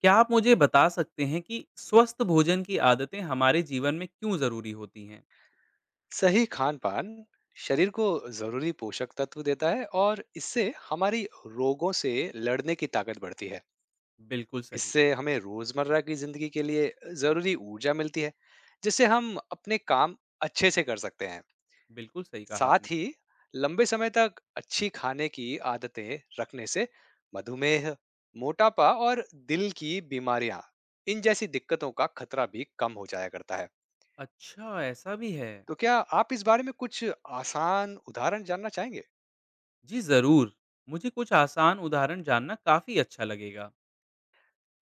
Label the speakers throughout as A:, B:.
A: क्या आप मुझे बता सकते हैं कि स्वस्थ भोजन की आदतें हमारे जीवन में क्यों ज़रूरी होती हैं?
B: सही खान-पान शरीर को ज़रूरी पोषक तत्व देता है और इससे हमारी रोगों से लड़ने की ताकत बढ़ती है।
A: बिल्कुल सही।
B: इससे हमें रोज़मर्रा की ज़िंदगी के लिए ज़रूरी ऊर्जा मिलती है, जिससे हम अपने काम अच्छे से कर सकते हैं।
A: बिल्कुल सही कहा आपने।
B: साथ ही लंबे समय तक अच्छी खाने की आदतें रखने से मधुमेह, मोटापा और दिल की बीमारियाँ, इन जैसी दिक्कतों का खतरा भी कम हो जाया करता है।
A: अच्छा, ऐसा भी है।
B: तो क्या आप इस बारे में कुछ आसान उदाहरण जानना चाहेंगे?
A: जी ज़रूर, मुझे कुछ आसान उदाहरण जानना काफ़ी अच्छा लगेगा।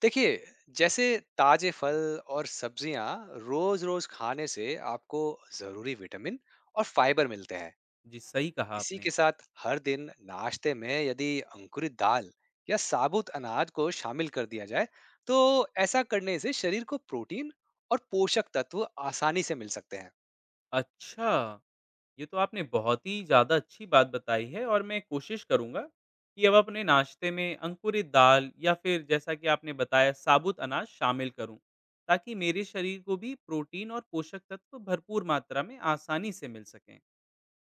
B: देखिए जैसे ताजे फल और सब्जियां रोज रोज खाने से आपको जरूरी विटामिन और फाइबर मिलते हैं।
A: जी, सही कहा
B: इसी
A: आपने।
B: के साथ हर दिन नाश्ते में यदि अंकुरित दाल या साबुत अनाज को शामिल कर दिया जाए तो ऐसा करने से शरीर को प्रोटीन और पोषक तत्व आसानी से मिल सकते हैं।
A: अच्छा, ये तो आपने बहुत ही ज़्यादा अच्छी बात बताई है, और मैं कोशिश करूँगा कि अब अपने नाश्ते में अंकुरित दाल या फिर जैसा कि आपने बताया, साबुत अनाज शामिल करूँ, ताकि मेरे शरीर को भी प्रोटीन और पोषक तत्व भरपूर मात्रा में आसानी से मिल सकें।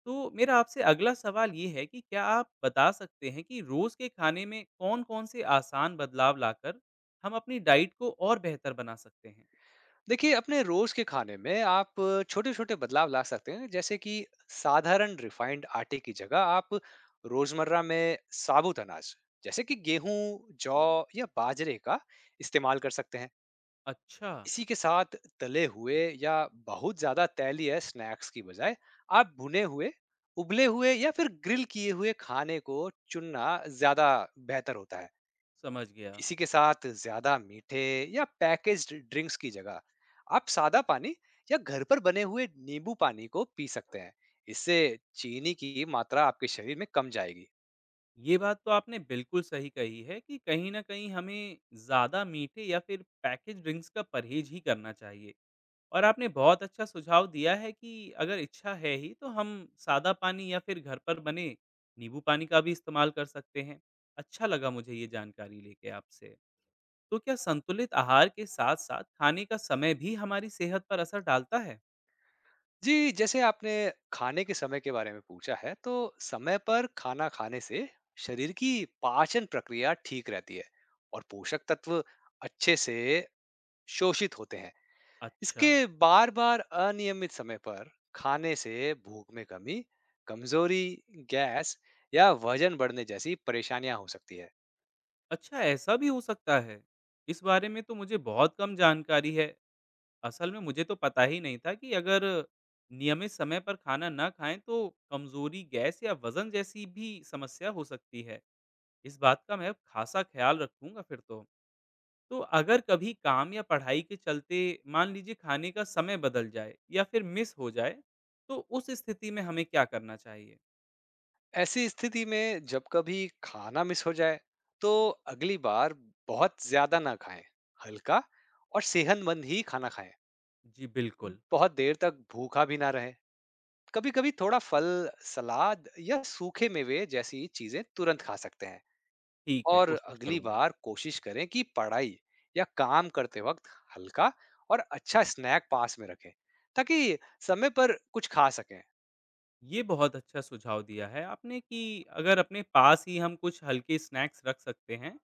A: तो मेरा आपसे अगला सवाल ये है कि क्या आप बता सकते हैं कि रोज़ के खाने में कौन-कौन से आसान बदलाव लाकर हम अपनी डाइट को और बेहतर बना सकते हैं?
B: देखिए अपने रोज के खाने में आप छोटे छोटे बदलाव ला सकते हैं, जैसे कि साधारण रिफाइंड आटे की जगह आप रोजमर्रा में साबुत अनाज जैसे कि गेहूं, जौ या बाजरे का इस्तेमाल कर सकते हैं।
A: अच्छा।
B: इसी के साथ तले हुए या बहुत ज्यादा तैलीय स्नैक्स की बजाय आप भुने हुए, उबले हुए या फिर ग्रिल किए हुए खाने को चुनना ज्यादा बेहतर होता है।
A: समझ गया।
B: इसी के साथ ज्यादा मीठे या पैकेज्ड ड्रिंक्स की जगह आप सादा पानी या घर पर बने हुए नींबू पानी को पी सकते हैं। इससे चीनी की मात्रा आपके शरीर में कम जाएगी।
A: ये बात तो आपने बिल्कुल सही कही है कि कहीं न कहीं हमें ज़्यादा मीठे या फिर पैकेज ड्रिंक्स का परहेज़ ही करना चाहिए। और आपने बहुत अच्छा सुझाव दिया है कि अगर इच्छा है ही, तो हम सादा पानी या फिर घर पर बने नींबू पानी का भी इस्तेमाल कर सकते हैं। अच्छा लगा मुझे ये जानकारी लेके आपसे। तो क्या संतुलित आहार के साथ-साथ खाने का समय भी हमारी सेहत पर असर डालता है?
B: जी, जैसे आपने खाने के समय के बारे में पूछा है तो समय पर खाना खाने से शरीर की पाचन प्रक्रिया ठीक रहती है और पोषक तत्व अच्छे से शोषित होते हैं।
A: अच्छा।
B: इसके बार बार अनियमित समय पर खाने से भूख में कमी, कमजोरी, गैस या वजन बढ़ने जैसी परेशानियां हो सकती है।
A: अच्छा, ऐसा भी हो सकता है। इस बारे में तो मुझे बहुत कम जानकारी है। असल में मुझे तो पता ही नहीं था कि अगर नियमित समय पर खाना ना खाएं, तो कमजोरी, गैस या वजन जैसी भी समस्या हो सकती है। इस बात का मैं अब खासा ख्याल रखूंगा फिर तो। तो अगर कभी काम या पढ़ाई के चलते, मान लीजिए, खाने का समय बदल जाए या फिर मिस हो जाए, तो उस स्थिति में हमें क्या करना चाहिए?
B: ऐसी स्थिति में जब कभी खाना मिस हो जाए तो अगली बार बहुत ज्यादा ना खाएं, हल्का और सेहतमंद ही खाना खाएं।
A: जी बिल्कुल।
B: बहुत देर तक भूखा भी ना रहे, कभी कभी थोड़ा फल, सलाद या सूखे मेवे जैसी चीजें तुरंत खा सकते हैं।
A: ठीक है,
B: और
A: कोशिश
B: अगली
A: करूंगा।
B: बार कोशिश करें कि पढ़ाई या काम करते वक्त हल्का और अच्छा स्नैक पास में रखें ताकि समय पर कुछ खा सकें।
A: ये बहुत अच्छा सुझाव दिया है आपने कि अगर अपने पास ही हम कुछ हल्के स्नैक्स रख सकते हैं,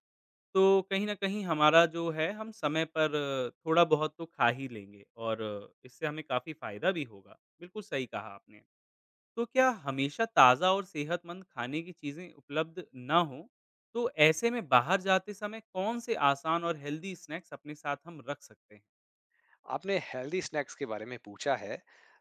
A: तो कहीं न कहीं हमारा जो है, हम समय पर थोड़ा बहुत तो खा ही लेंगे, और इससे हमें काफ़ी फ़ायदा भी होगा। बिल्कुल सही कहा आपने। तो क्या हमेशा ताज़ा और सेहतमंद खाने की चीज़ें उपलब्ध ना हो, तो ऐसे में बाहर जाते समय कौन-से आसान और हेल्दी स्नैक्स अपने साथ हम रख सकते हैं?
B: आपने हेल्दी स्नैक्स के बारे में पूछा है,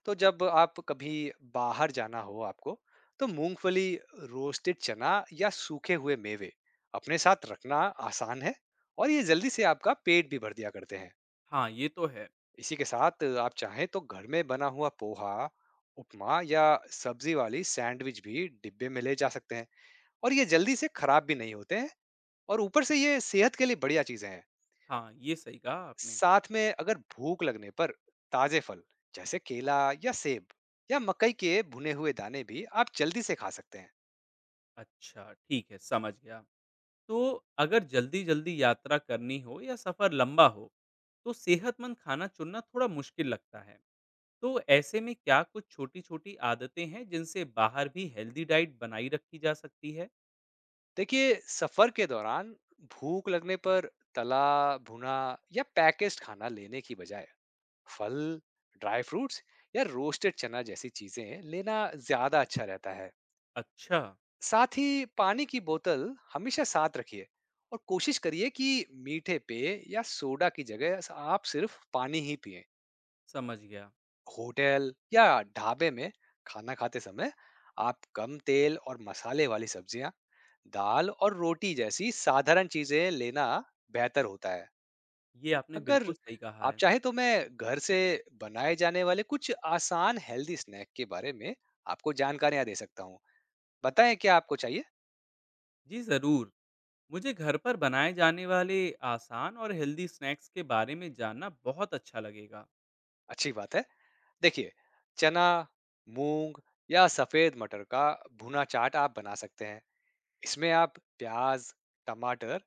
B: तो जब आप कभी बाहर जाना हो आपको तो मूंगफली, रोस्टेड चना या सूखे हुए मेवे अपने साथ रखना आसान है और ये जल्दी से आपका पेट भी भर दिया करते हैं।
A: हाँ, ये तो है।
B: इसी के साथ आप चाहें तो घर में बना हुआ पोहा, उपमा या सब्जी वाली सैंडविच भी डिब्बे में ले जा सकते हैं और ये जल्दी से खराब भी नहीं होते हैं और ऊपर से ये सेहत के लिए बढ़िया चीजें हैं।
A: हाँ, ये सही कहा आपने।
B: साथ में अगर भूख लगने पर ताजे फल जैसे केला या सेब या मकई के भुने हुए दाने भी आप जल्दी से खा सकते हैं।
A: अच्छा, ठीक है, समझ गया। तो अगर जल्दी-जल्दी यात्रा करनी हो या सफ़र लंबा हो, तो सेहतमंद खाना चुनना थोड़ा मुश्किल लगता है। तो ऐसे में क्या कुछ छोटी-छोटी आदतें हैं, जिनसे बाहर भी हेल्दी डाइट बनाई रखी जा सकती है?
B: देखिए, सफर के दौरान भूख लगने पर तला, भुना या पैकेज्ड खाना लेने की बजाय फल, ड्राई फ्रूट्स या रोस्टेड चना जैसी चीजें लेना ज्यादा अच्छा रहता है।
A: अच्छा,
B: साथ ही पानी की बोतल हमेशा साथ रखिए और कोशिश करिए कि मीठे पेय या सोडा की जगह आप सिर्फ पानी ही पिए।
A: समझ गया।
B: होटल या ढाबे में खाना खाते समय आप कम तेल और मसाले वाली सब्जियां, दाल और रोटी जैसी साधारण चीजें लेना बेहतर होता है।
A: ये आपने बिल्कुल
B: अगर
A: सही कहा
B: आप
A: है।
B: चाहें तो मैं घर से बनाए जाने वाले कुछ आसान हेल्दी स्नैक के बारे में आपको जानकारियां दे सकता हूँ। बताएं क्या आपको चाहिए?
A: जी ज़रूर, मुझे घर पर बनाए जाने वाले आसान और हेल्दी स्नैक्स के बारे में जानना बहुत अच्छा लगेगा।
B: अच्छी बात है। देखिए, चना, मूंग या सफेद मटर का भुना चाट आप बना सकते हैं। इसमें आप प्याज, टमाटर,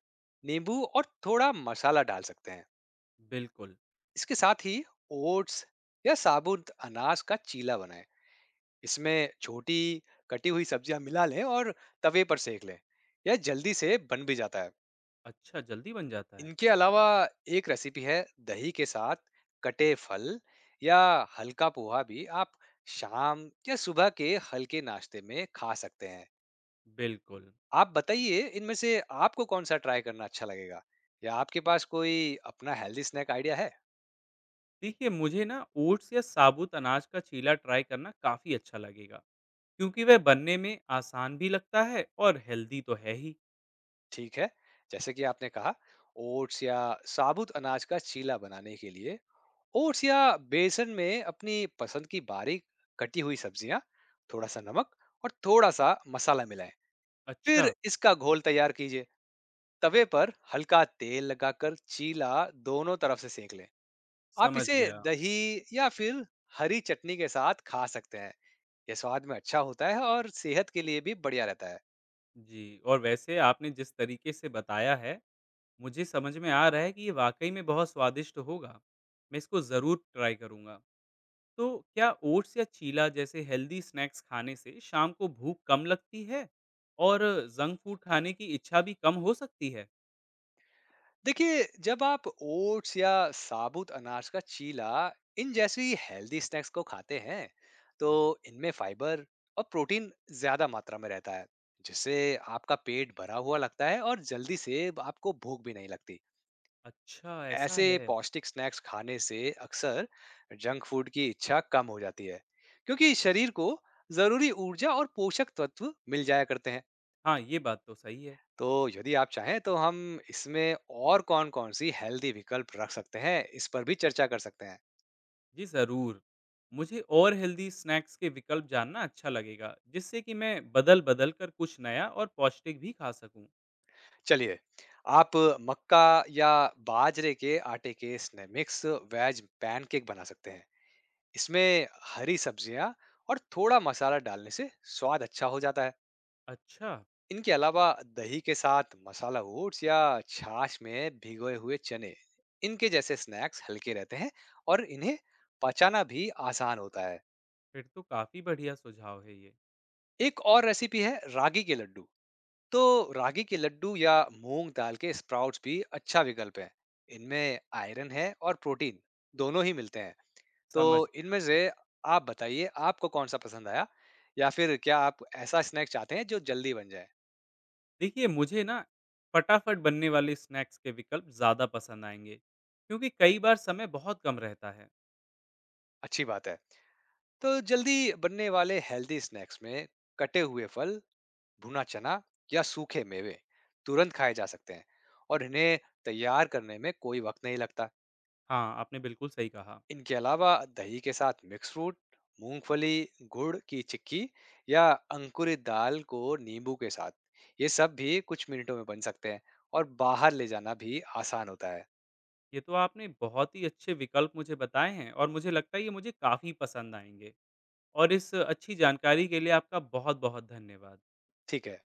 B: नींबू और थोड़ा मसाला डाल सकते हैं।
A: बिल्कुल।
B: इसके साथ ही ओट्स या साबुत अनाज का चीला बनाएं। इसमें छोटी कटी हुई सब्जियां मिला लें और तवे पर सेक लें। यह जल्दी से बन भी जाता है।
A: अच्छा, जल्दी बन जाता है?
B: इनके अलावा एक रेसिपी है दही के साथ कटे फल या हल्का पोहा भी आप शाम या सुबह के हल्के नाश्ते में खा सकते हैं।
A: बिल्कुल।
B: आप बताइए इनमें से आपको कौन सा ट्राई करना अच्छा लगेगा या आपके पास कोई अपना हेल्दी स्नैक आइडिया है।
A: देखिए, मुझे ना ओट्स या साबुत अनाज का चीला ट्राई करना काफ़ी अच्छा लगेगा, क्योंकि वह बनने में आसान भी लगता है और हेल्दी तो है ही।
B: ठीक है, जैसे कि आपने कहा ओट्स या साबुत अनाज का चीला बनाने के लिए ओट्स या बेसन में अपनी पसंद की बारीक कटी हुई सब्जियां, थोड़ा सा नमक और थोड़ा सा मसाला मिलाएं। फिर
A: अच्छा,
B: इसका घोल तैयार कीजिए, तवे पर हल्का तेल लगाकर चीला दोनों तरफ से सेक लें। आप
A: समझ
B: इसे
A: गया।
B: दही या फिर हरी चटनी के साथ खा सकते हैं। यह स्वाद में अच्छा होता है और सेहत के लिए भी बढ़िया रहता है।
A: जी, और वैसे आपने जिस तरीके से बताया है, मुझे समझ में आ रहा है कि ये वाक़ई में बहुत स्वादिष्ट होगा। मैं इसको ज़रूर ट्राई करूँगा। तो क्या ओट्स या चीला जैसे हेल्दी स्नैक्स खाने से शाम को भूख कम लगती है, और जंक फूड खाने की इच्छा भी कम हो सकती है?
B: देखिए जब आप ओट्स या साबुत अनाज का चीला, इन जैसी हेल्दी स्नैक्स को खाते हैं तो इनमें फाइबर और प्रोटीन ज्यादा मात्रा में रहता है, जिससे आपका पेट भरा हुआ लगता है और जल्दी से आपको भूख भी नहीं लगती।
A: अच्छा, ऐसा
B: ऐसे
A: है।
B: पौष्टिक स्नैक्स खाने से अक्सर जंक फूड की इच्छा कम हो जाती है, क्योंकि शरीर को जरूरी ऊर्जा और पोषक तत्व मिल जाया करते हैं।
A: हाँ, ये बात तो सही है।
B: तो यदि आप चाहें तो हम इसमें और कौन-कौन सी हेल्दी विकल्प रख सकते हैं, इस पर भी चर्चा कर सकते हैं।
A: जी, ज़रूर। मुझे और हेल्दी स्नैक्स के विकल्प जानना अच्छा लगेगा, जिससे कि मैं बदल-बदल कर कुछ नया और पौष्टिक भी खा सकूँ।
B: चलिए, आप मक्का या बाजरे के आटे के स्नेमिक्स वेज पैनकेक बना सकते हैं। इसमें हरी सब्जियाँ और थोड़ा मसाला डालने से स्वाद अच्छा हो जाता है।
A: अच्छा।
B: इनके अलावा दही के साथ मसाला ओट्स या छाछ में भिगोए हुए चने, इनके जैसे स्नैक्स हल्के रहते हैं और इन्हें पचाना भी आसान होता है।
A: फिर तो काफ़ी बढ़िया सुझाव है ये।
B: एक और रेसिपी है रागी के लड्डू। तो रागी के लड्डू या मूंग दाल के स्प्राउट्स भी अच्छा विकल्प है। इनमें आयरन है और प्रोटीन दोनों ही मिलते हैं। तो
A: समझ
B: इनमें
A: गया।
B: से आप बताइए आपको कौन सा पसंद आया या फिर क्या आप ऐसा स्नैक चाहते हैं जो जल्दी बन जाए।
A: देखिए, मुझे ना फटाफट बनने वाले स्नैक्स के विकल्प ज़्यादा पसंद आएँगे, क्योंकि कई बार समय बहुत कम रहता है।
B: अच्छी बात है। तो जल्दी बनने वाले हेल्दी स्नैक्स में कटे हुए फल, भुना चना या सूखे मेवे तुरंत खाए जा सकते हैं और इन्हें तैयार करने में कोई वक्त नहीं लगता।
A: हाँ, आपने बिल्कुल सही कहा।
B: इनके अलावा दही के साथ मिक्स फ्रूट, मूंगफली, गुड़ की चिक्की या अंकुरित दाल को नींबू के साथ, ये सब भी कुछ मिनटों में बन सकते हैं और बाहर ले जाना भी आसान होता है।
A: ये तो आपने बहुत ही अच्छे विकल्प मुझे बताए हैं, और मुझे लगता है ये मुझे काफ़ी पसंद आएँगे, और इस अच्छी जानकारी के लिए आपका बहुत-बहुत धन्यवाद।
B: ठीक है।